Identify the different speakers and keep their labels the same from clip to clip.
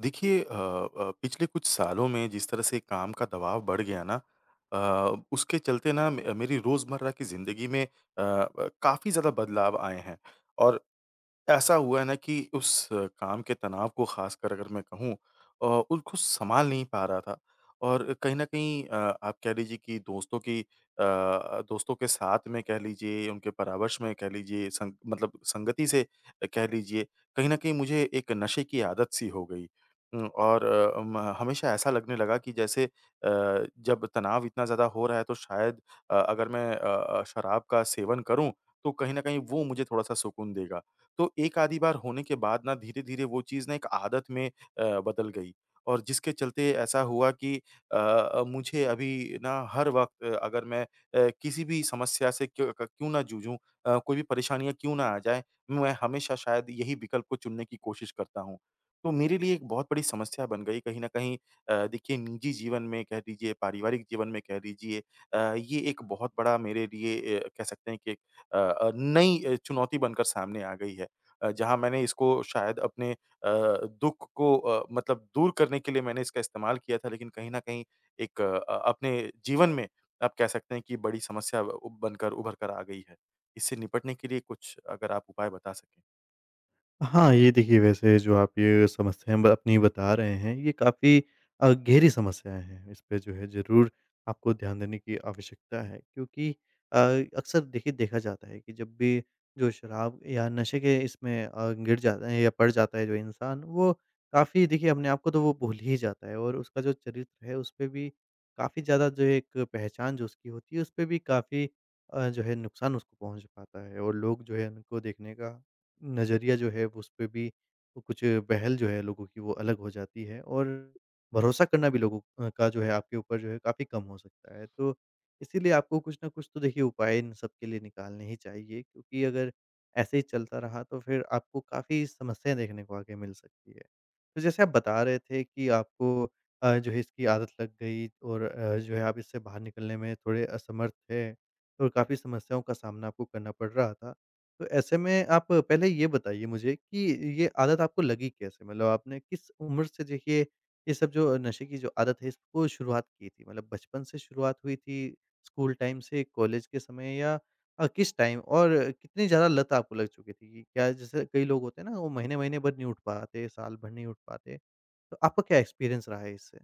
Speaker 1: देखिए पिछले कुछ सालों में जिस तरह से काम का दबाव बढ़ गया ना, अ, उसके चलते ना मेरी रोज़मर्रा की ज़िंदगी में काफ़ी ज़्यादा बदलाव आए हैं। और ऐसा हुआ है ना कि उस काम के तनाव को ख़ासकर अगर मैं कहूँ, उनको संभाल नहीं पा रहा था। और कहीं न कहीं आप कह लीजिए कि दोस्तों के साथ में कह लीजिए, उनके परामर्श में कह लीजिए, संग मतलब संगति से कह लीजिए, कहीं न कहीं मुझे एक नशे की आदत-सी हो गई। और अ, म हमेशा ऐसा लगने लगा कि जैसे, जब तनाव इतना ज़्यादा हो रहा है तो शायद अगर मैं शराब का सेवन करूँ, तो कहीं न कहीं वो मुझे थोड़ा-सा सुकून देगा। तो एक आधी बार होने के बाद ना धीरे-धीरे वो चीज़ ना एक आदत में बदल गई। और जिसके चलते ऐसा हुआ कि मुझे अभी ना हर वक़्त अगर मैं किसी भी समस्या से क्यों क क्यों ना जूझूँ, कोई भी परेशानियाँ क्यों ना आ जाएँ, मैं हमेशा शायद यही विकल्प को चुनने की कोशिश करता हूँ। तो मेरे लिए एक बहुत बड़ी समस्या बन गई कहीं न कहीं। देखिए निजी जीवन में कह लीजिए, पारिवारिक जीवन में कह लीजिए, ये एक बहुत बड़ा मेरे लिए कह सकते हैं कि एक अ नई चुनौती बनकर सामने आ गई है। जहाँ मैंने इसको शायद अपने दुःख को मतलब दूर करने के लिए मैंने इसका इस्तेमाल किया था, लेकिन कहीं न कहीं एक अपने जीवन में आप कह सकते हैं कि बड़ी समस्या ब बनकर उभर कर आ गई है। इससे निपटने के लिए कुछ अगर आप उपाय बता सकें?
Speaker 2: हाँ, ये देखिए वैसे जो आप ये समस्याएँ ब अपनी बता रहे हैं, ये काफ़ी गहरी समस्याएँ हैं। इस पे जो है ज़रूर आपको ध्यान देने की आवश्यकता है, क्योंकि अ, अक्सर देखिए देखा जाता है कि जब भी जो शराब या नशे के इसमें गिर जाता है या पड़ जाता है जो इंसान, वो काफ़ी देखिए अपने आप को तो वो भूल ही जाता है, और उसका जो चरित्र है उसपे भी काफ़ी ज़्यादा जो है एक पहचान जो उसकी होती है, उसपे भी काफ़ी जो है नुकसान उसको पहुँच पाता है, और लोग जो है उनको देखने का नज़रिया जो है उस पे भी कुछ पहल जो है लोगों की वो अलग हो जाती है, और भरोसा करना भी लोगों का जो है आपके ऊपर जो है काफ़ी कम हो सकता है। तो इसीलिए आपको कुछ ना कुछ तो देखिए उपाय इन सब के लिए निकालने ही चाहिए, क्योंकि अगर ऐसे ही चलता रहा तो फिर आपको काफ़ी समस्याएँ देखने को आगे मिल सकती है। तो जैसे आप बता रहे थे कि आपको जो है इसकी आदत लग गई, और जो है आप इससे बाहर निकलने में थोड़े असमर्थ थे, और काफ़ी समस्याओं का सामना आपको करना पड़ रहा था। तो ऐसे में आप पहले ये बताइए मुझे कि ये आदत आपको लगी कैसे? मतलब आपने किस उम्र से देखिए ये सब जो नशे की जो आदत है इसको शुरुआत की थी? मतलब बचपन से शुरुआत हुई थी, स्कूल टाइम से, कॉलेज के समय, या किस टाइम, और कितनी ज़्यादा लत आपको लग चुकी थी? क्या जैसे कई लोग होते हैं ना, वो महीने-महीने भर नहीं उठ पाते, साल भर नहीं उठ पाते, तो आपका क्या एक्सपीरियंस रहा है इससे?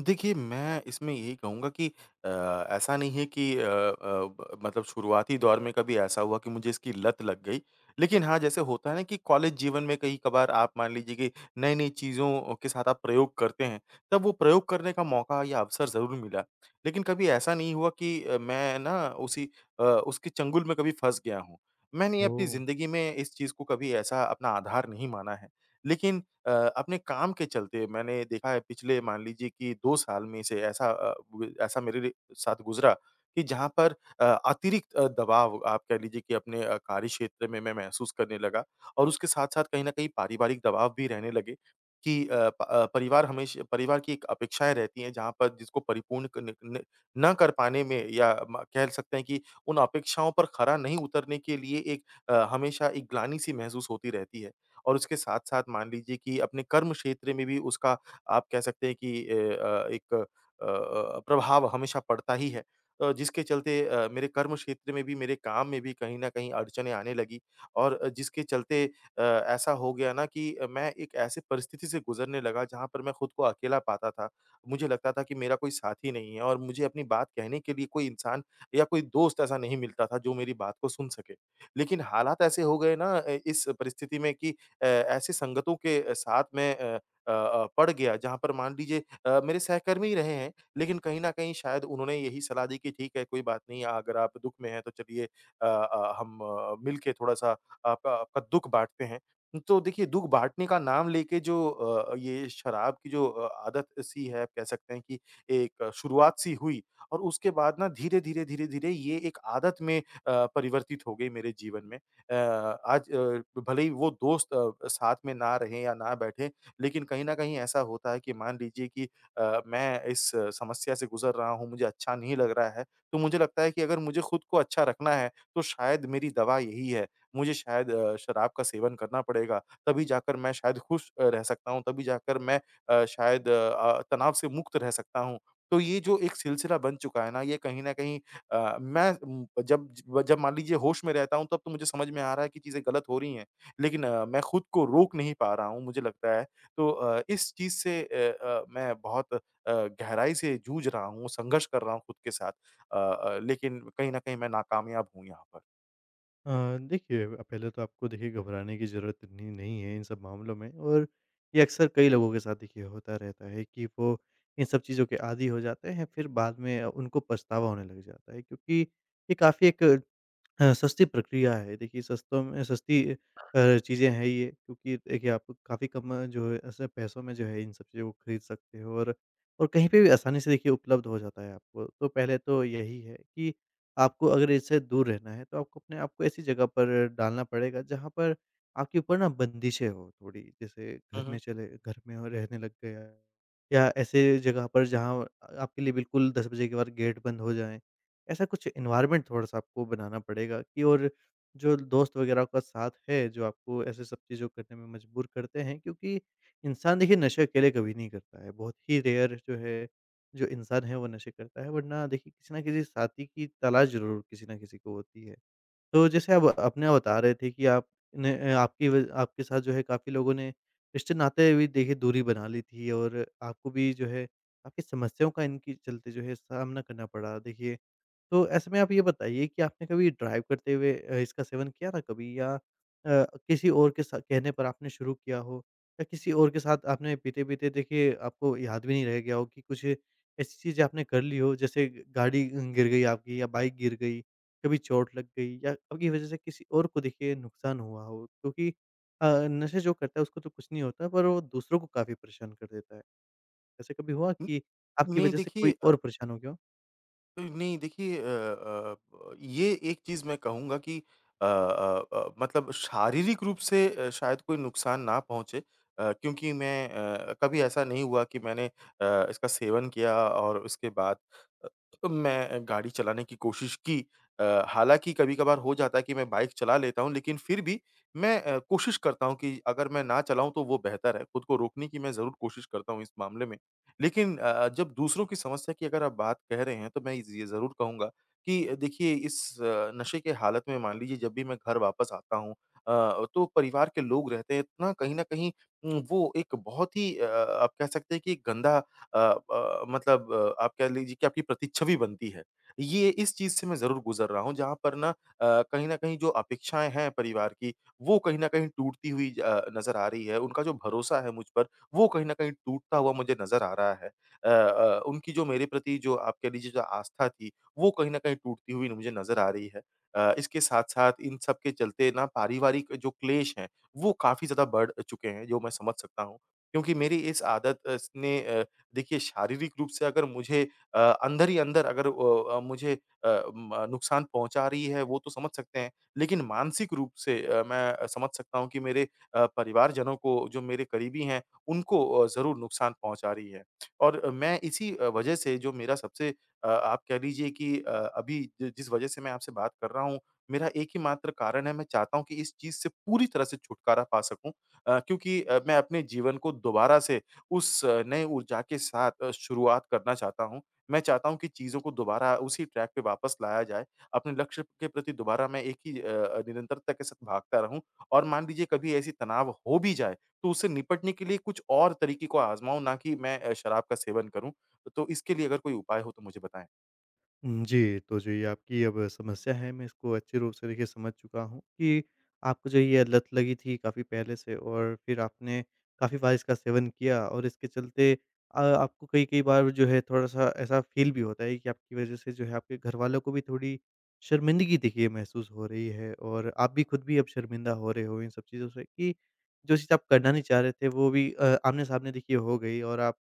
Speaker 1: देखिए, मैं इसमें यही कहूँगा कि अ, ऐसा नहीं है कि अ अ, ब मतलब शुरुआती दौर में कभी ऐसा हुआ कि मुझे इसकी लत लग गई। लेकिन हाँ, जैसे होता है ना कि कॉलेज जीवन में कई-कभार आप मान लीजिए कि नई-नई चीज़ों के साथ आप प्रयोग करते हैं, तब वो प्रयोग करने का मौका या अवसर ज़रूर मिला। लेकिन कभी ऐसा नहीं हुआ कि मैं ना उसी उसके चंगुल में कभी फँस गया हूँ। मैंने अपनी
Speaker 2: ओह!
Speaker 1: ज़िंदगी में इस चीज़ को कभी ऐसा अपना आधार नहीं माना है। लेकिन अ, अपने काम के चलते मैंने देखा है पिछले मान लीजिए कि 2 साल में से ऐसा अ, ब ऐसा मेरे लिए साथ गुज़रा कि जहाँ पर अतिरिक्त दबाव आप कह लीजिए कि अपने कार्य क्षेत्र में मैं महसूस करने लगा। और उसके साथ-साथ कहीं न कहीं पारिवारिक दबाव भी रहने लगे कि परिवार हमेश परिवार की एक अपेक्षाएँ रहती हैं जहाँ पर जिसको परिपूर्ण क न न ना कर पाने में या म कह सकते हैं कि उन अपेक्षाओं पर खरा नहीं उतरने के लिए एक हमेशा एक ग्लानि-सी महसूस होती रहती है। और उसके साथ-साथ मान लीजिए कि अपने कर्म क्षेत्र में भी उसका आप कह सकते हैं कि एक प्रभाव हमेशा पड़ता ही है। जिसके चलते मेरे कर्म क्षेत्र में भी, मेरे काम में भी कहीं न कहीं अड़चनें आने लगी। और जिसके चलते ऐसा हो गया ना कि मैं एक ऐसी परिस्थिति से गुज़रने लगा जहाँ पर मैं खुद को अकेला पाता था। मुझे लगता था कि मेरा कोई साथी नहीं है और मुझे अपनी बात कहने के लिए कोई इंसान या कोई दोस्त ऐसा नहीं मिलता था जो मेरी बात को सुन सके। लेकिन हालात ऐसे हो गए ना इस परिस्थिति में कि ऐसी संगतों के साथ मैं पड़ गया जहाँ पर मान लीजिए मेरे सहकर्मी ही रहे हैं, लेकिन कहीं न कहीं शायद उन्होंने यही सलाह दी कि ठीक है कोई बात नहीं अगर आप दुःख में हैं तो चलिए हम मिलके थोड़ा-सा आपका आपका दुःख बाँटते हैं। तो देखिए दुःख बाँटने का नाम लेके जो ये शराब की जो आदत सी है आप कह सकते हैं कि एक शुरुआत सी हुई। और उसके बाद ना धीरे-धीरे, धीरे-धीरे ये एक आदत में परिवर्तित हो गई मेरे जीवन में। अ, आज भले ही वो दोस्त साथ में ना रहें या ना बैठें, लेकिन कहीं न कहीं ऐसा होता है कि मान लीजिए कि मैं इस समस्या से गुज़र रहा हूँ, मुझे अच्छा नहीं लग रहा है, तो मुझे लगता है कि अगर मुझे खुद को अच्छा रखना है, तो शायद मेरी दवा यही है। मुझे शायद शराब का सेवन करना पड़ेगा, तभी जाकर मैं शायद खुश रह सकता हूँ, तभी जाकर मैं शायद तनाव से मुक्त रह सकता हूँ। तो ये जो एक सिलसिला बन चुका है ना, ये कहीं न कहीं मैं जब ज जब मान लीजिए होश में रहता हूँ तब तो मुझे समझ में आ रहा है कि चीज़ें गलत हो रही हैं। लेकिन मैं खुद को रोक नहीं पा रहा हूँ मुझे लगता है। तो इस चीज़ से मैं बहुत गहराई से जूझ रहा हूँ, संघर्ष कर रहा हूँ खुद के साथ। लेकिन कहीं न कहीं मैं नाकामयाब हूँ यहाँ पर।
Speaker 2: अ, देखिए, पहले तो आपको देखिए घबराने की ज़रूरत इतनी नहीं है इन सब मामलों में, और ये अक्सर कई लोगों के साथ देखिए होता रहता है कि वो इन सब चीज़ों के आदी हो जाते हैं, फिर बाद में उनको पछतावा होने लग जाता है, क्योंकि ये काफ़ी एक सस्ती प्रक्रिया है देखिए, सस्तों में सस्ती चीज़ें हैं ये, क्योंकि देखिए आप काफ़ी कम जो है ऐसे पैसों में जो है इन सब चीज़ों को खरीद सकते हो, और कहीं पे भी आसानी से देखिए उपलब्ध हो जाता है आपको। तो पहले तो यही है कि आपको अगर इससे दूर रहना है, तो आपको अपने आप को ऐसी जगह पर डालना पड़ेगा जहाँ पर आपके ऊपर ना बंदिशें हो थोड़ी। जैसे
Speaker 1: हुँ,
Speaker 2: घर में
Speaker 1: हुँ।
Speaker 2: चले, घर में और रहने लग गए, या ऐसे जगह पर जहाँ आपके लिए बिल्कुल 10 बजे के बाद गेट बंद हो जाएँ। ऐसा कुछ एनवायरनमेंट थोड़ा-सा आपको बनाना पड़ेगा कि, और जो दोस्त वगैरह का साथ है, जो आपको ऐसे सब चीज़ों करने में मजबूर करते हैं, क्योंकि इंसान देखिए नशे अकेले कभी नहीं करता है। बहुत ही रेयर जो है, जो इंसान है वो नशे करता है, वरना देखिए किसी न किसी साथी की तलाश ज़रूर किसी न किसी को होती है। तो जैसे आप अपना बता रहे थे कि आपने आपकी वज आपके साथ जो है काफ़ी लोगों ने रिश्ते-नाते भी देखिए दूरी बना ली थी, और आपको भी जो है काफ़ी समस्याओं का इनके चलते जो है सामना करना पड़ा। देखिए, तो ऐसे में आप ये बताइए कि आपने कभी ड्राइव करते हुए इसका सेवन किया था कभी, या किसी और के सा कहने पर आपने शुरू किया हो, या किसी और के साथ आपने पीते-पीते देखिए आपको याद भी नहीं रह गया हो कि कुछ ऐसी चीज़ें आपने कर ली हो, जैसे गाड़ी गिर गई आपकी, या बाइक गिर गई, कभी चोट लग गई, या आपकी वज़ह से किसी और को देखिए नुकसान हुआ हो, क्योंकि नशे जो करता है उसको तो कुछ नहीं होता, पर वो दूसरों को काफ़ी परेशान कर देता है। ऐसे कभी हुआ
Speaker 1: हुँ,
Speaker 2: कि आपकी
Speaker 1: नहीं
Speaker 2: वज़ह से
Speaker 1: देखिए,
Speaker 2: कोई और परेशान हो गया हो?
Speaker 1: तो नहीं देखिए अ, अ, ब ये एक चीज़ मैं कहूँगा कि मतलब शारीरिक रूप से शायद कोई नुकसान ना पहुँचे, क्योंकि मैं, कभी ऐसा नहीं हुआ कि मैंने इसका सेवन किया और उसके बाद अ, तो मैं गाड़ी चलाने की कोशिश की। हालाँकि कभी-कभार हो जाता है कि मैं बाइक चला लेता हूँ, लेकिन फिर भी मैं कोशिश करता हूँ कि अगर मैं ना चलाऊँ तो वो बेहतर है। खुद को रोकने की मैं ज़रूर कोशिश करता हूँ इस मामले में। लेकिन जब दूसरों की समस्या की अगर आप बात कह रहे हैं, तो मैं इज़ ये ज़रूर कहूँगा कि देखिए इस नशे के हालत में मान लीजिए जब भी मैं घर वापस आता हूँ तो परिवार के लोग रहते हैं ना कहीं न कहीं, वो एक बहुत ही आप कह सकते हैं कि गंदा मतलब आप कह लीजिए कि आपकी प्रतिच्छवि बनती है। ये इस चीज़ से मैं ज़रूर गुज़र रहा हूँ जहाँ पर ना कहीं न कहीं जो अपेक्षाएँ हैं परिवार की, वो कहीं न कहीं टूटती हुई नज़र आ रही है। उनका जो भरोसा है मुझ पर वो कहीं न कहीं टूटता हुआ मुझे नज़र आ रहा है। उनकी जो मेरे प्रति जो आप कह लीजिए जो आस्था थी, वो कहीं न कहीं टूटती हुई मुझे नज़र आ रही है। इसके साथ-साथ इन सब के चलते ना पारिवारिक जो क्लेश हैं, वो काफ़ी ज़्यादा बढ़ चुके हैं, जो मैं समझ सकता हूँ। क्योंकि मेरी इस आदत अस ने, देखिए शारीरिक रूप से अगर मुझे अंदर ही अंदर अगर मुझे अ, म नुकसान पहुँचा रही है, वो तो समझ सकते हैं। लेकिन मानसिक रूप से मैं समझ सकता हूँ कि मेरे परिवारजनों को, जो मेरे करीबी हैं उनको ज़रूर नुकसान पहुँचा रही है। और मैं इसी वजह से जो मेरा सबसे आप कह लीजिए कि अभी जि जिस वजह से मैं आपसे बात कर रहा हूँ, मेरा एक ही मात्र कारण है, मैं चाहता हूँ कि इस चीज़ से पूरी तरह से छुटकारा पा सकूँ क्योंकि मैं अपने जीवन को दोबारा से उस नए ऊर्जा के साथ शुरुआत करना चाहता हूँ। मैं चाहता हूँ कि चीज़ों को दोबारा उसी ट्रैक पे वापस लाया जाए, अपने लक्ष्य के प्रति दोबारा मैं एक ही निरंतरता के साथ भागता रहूँ और मान लीजिए कभी ऐसी तनाव हो भी जाए, तो उससे निपटने के लिए कुछ और तरीके को आज़माऊँ, ना कि मैं शराब का सेवन करूँ। तो इसके लिए अगर कोई उपाय हो तो मुझे बताएँ?
Speaker 2: हुँ, जी। तो जो ये आपकी अब समस्या है, मैं इसको अच्छे रूप से देखिए समझ चुका हूँ कि आपको जो ये लत लगी थी काफ़ी पहले से, और फिर आपने काफ़ी बार इसका सेवन किया, और इसके चलते आपको कई-कई बार जो है थोड़ा-सा ऐसा फ़ील भी होता है कि आपकी वज़ह से जो है आपके घरवालों को भी थोड़ी शर्मिंदगी देखिए महसूस हो रही है, और आप भी खुद भी अब शर्मिंदा हो रहे हो इन सब चीज़ों से कि जो चीज़ आप करना नहीं चाह रहे थे वो भी आमने-सामने देखिए हो गई, और आप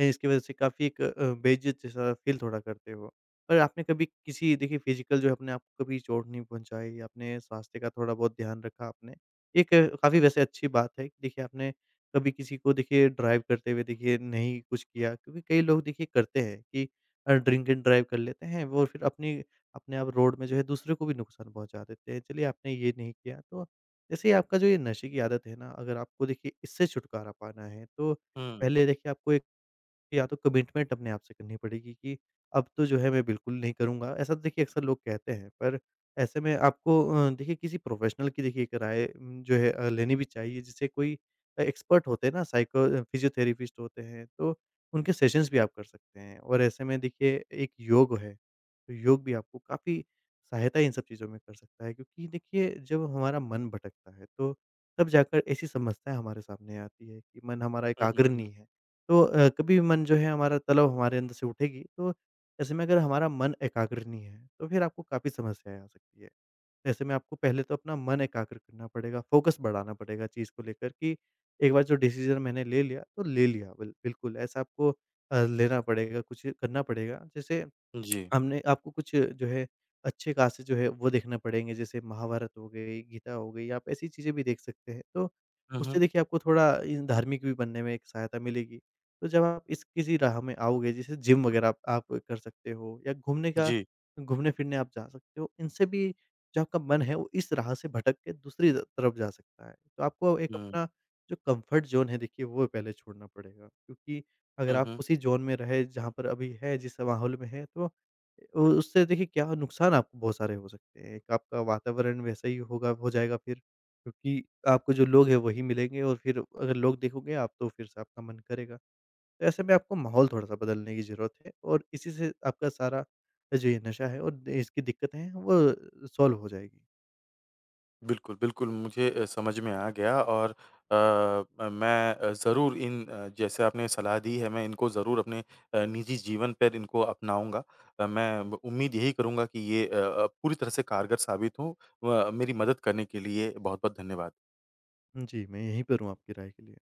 Speaker 2: है, इसकी वज़ह से काफ़ी एक बेइज़्ज़त जैसा फ़ील थोड़ा करते हो। पर आपने कभी किसी देखिए फ़िज़िकल जो है अपने आप को कभी चोट नहीं पहुँचाई, अपने स्वास्थ्य का थोड़ा बहुत ध्यान रखा आपने। एक काफ़ी वैसे अच्छी बात है कि देखिए आपने कभी किसी को देखिए ड्राइव करते हुए देखिए नहीं कुछ किया, क्योंकि कई लोग देखिए करते हैं कि ड्रिंक एंड ड्राइव कर लेते हैं वो, फिर अपनी अपने आप रोड में जो है दूसरे को भी नुकसान पहुँचा देते हैं। चलिए, आपने ये नहीं किया, तो जैसे ही आपका जो ये नशे की आदत है ना, अगर आपको देखिए इससे छुटकारा पाना है, तो
Speaker 1: हुँ।
Speaker 2: पहले देखिए आपको एक या तो कमिटमेंट अपने आप से करनी पड़ेगी कि अब तो जो है मैं बिल्कुल नहीं करूँगा। ऐसा तो देखिए अक्सर लोग कहते हैं, पर ऐसे में आपको देखिए किसी प्रोफ़ेशनल की देखिए एक राय जो है लेनी भी चाहिए, जिससे कोई एक्सपर्ट होते हैं ना, साइको फ़िज़ियोथेरेपिस्ट होते हैं, तो उनके सेशंस भी आप कर सकते हैं। और ऐसे में देखिए एक योग है, तो योग भी आपको काफ़ी सहायता इन सब चीज़ों में कर सकता है, क्योंकि देखिए जब हमारा मन भटकता है, तो तब जाकर ऐसी समस्याएँ हमारे सामने आती है कि मन हमारा
Speaker 1: हुँ, हुँ,
Speaker 2: एकाग्र
Speaker 1: हुँ।
Speaker 2: नहीं है। तो कभी मन जो है हमारा तलब हमारे अंदर से उठेगी, तो ऐसे में अगर हमारा मन एकाग्र नहीं है, तो फिर आपको काफ़ी समस्याएँ आ सकती है। ऐसे में आपको पहले तो अपना मन एकाग्र करना पड़ेगा, फ़ोकस बढ़ाना पड़ेगा चीज़ को लेकर कि एक बार जो डिसीज़न मैंने ले लिया, तो ले लिया, बिल्कुल ऐसा आपको लेना पड़ेगा, कुछ करना पड़ेगा। जैसे
Speaker 1: जी।
Speaker 2: हमने आपको कुछ जो है अच्छे ख़ासे जो है वो देखने पड़ेंगे, जैसे महाभारत हो गई, गीता हो गई, आप ऐसी चीज़ें भी देख सकते हैं। तो
Speaker 1: हुँ,
Speaker 2: उससे
Speaker 1: हुँ।
Speaker 2: देखिए आपको थोड़ा इ धार्मिक भी बनने में एक सहायता मिलेगी। तो जब आप इस किसी राह में आओगे, जैसे जिम वग़ैरह आप कर सकते हो, या
Speaker 1: जी।
Speaker 2: घूमने-फिरने आप जा सकते हो। इनसे भी जो आपका मन है वो इस राह से भटक के दूसरी त तरफ जा सकता है। तो आपको एक
Speaker 1: हुँ।
Speaker 2: अपना जो कम्फ़र्ट ज़ोन है देखिए वो पहले छोड़ना पड़ेगा, क्योंकि अगर
Speaker 1: हुँ,
Speaker 2: आप
Speaker 1: हुँ।
Speaker 2: उसी ज़ोन में रहे, जहाँ पर अभी है, जिस माहौल में है, तो उ उससे देखिए क्या नुकसान आपको बहुत सारे हो सकते हैं। एक आपका वातावरण वैसा ही होगा, हो जाएगा फिर, क्योंकि आपको जो लोग हैं वही मिलेंगे, और फिर अगर लोग देखोगे आप तो फिर से आपका मन करेगा। तो ऐसे में आपको माहौल थोड़ा-सा बदलने की ज़रूरत है, और इसी से आपका सारा जो ये नशा है और इसकी दिक्कतें हैं वो सॉल्व हो जाएगी।
Speaker 1: बिल्कुल, बिल्कुल मुझे समझ में आ गया। और अ, मैं ज़रूर इन, जैसे आपने सलाह दी है मैं इनको ज़रूर अपने निजी जीवन पर इनको अपनाऊँगा। मैं ब उम्मीद यही करूँगा कि ये पूरी तरह से कारगर साबित हो। व मेरी मदद करने के लिए बहुत-बहुत धन्यवाद।
Speaker 2: जी, मैं यहीं पर हूँ आपकी राय के लिए।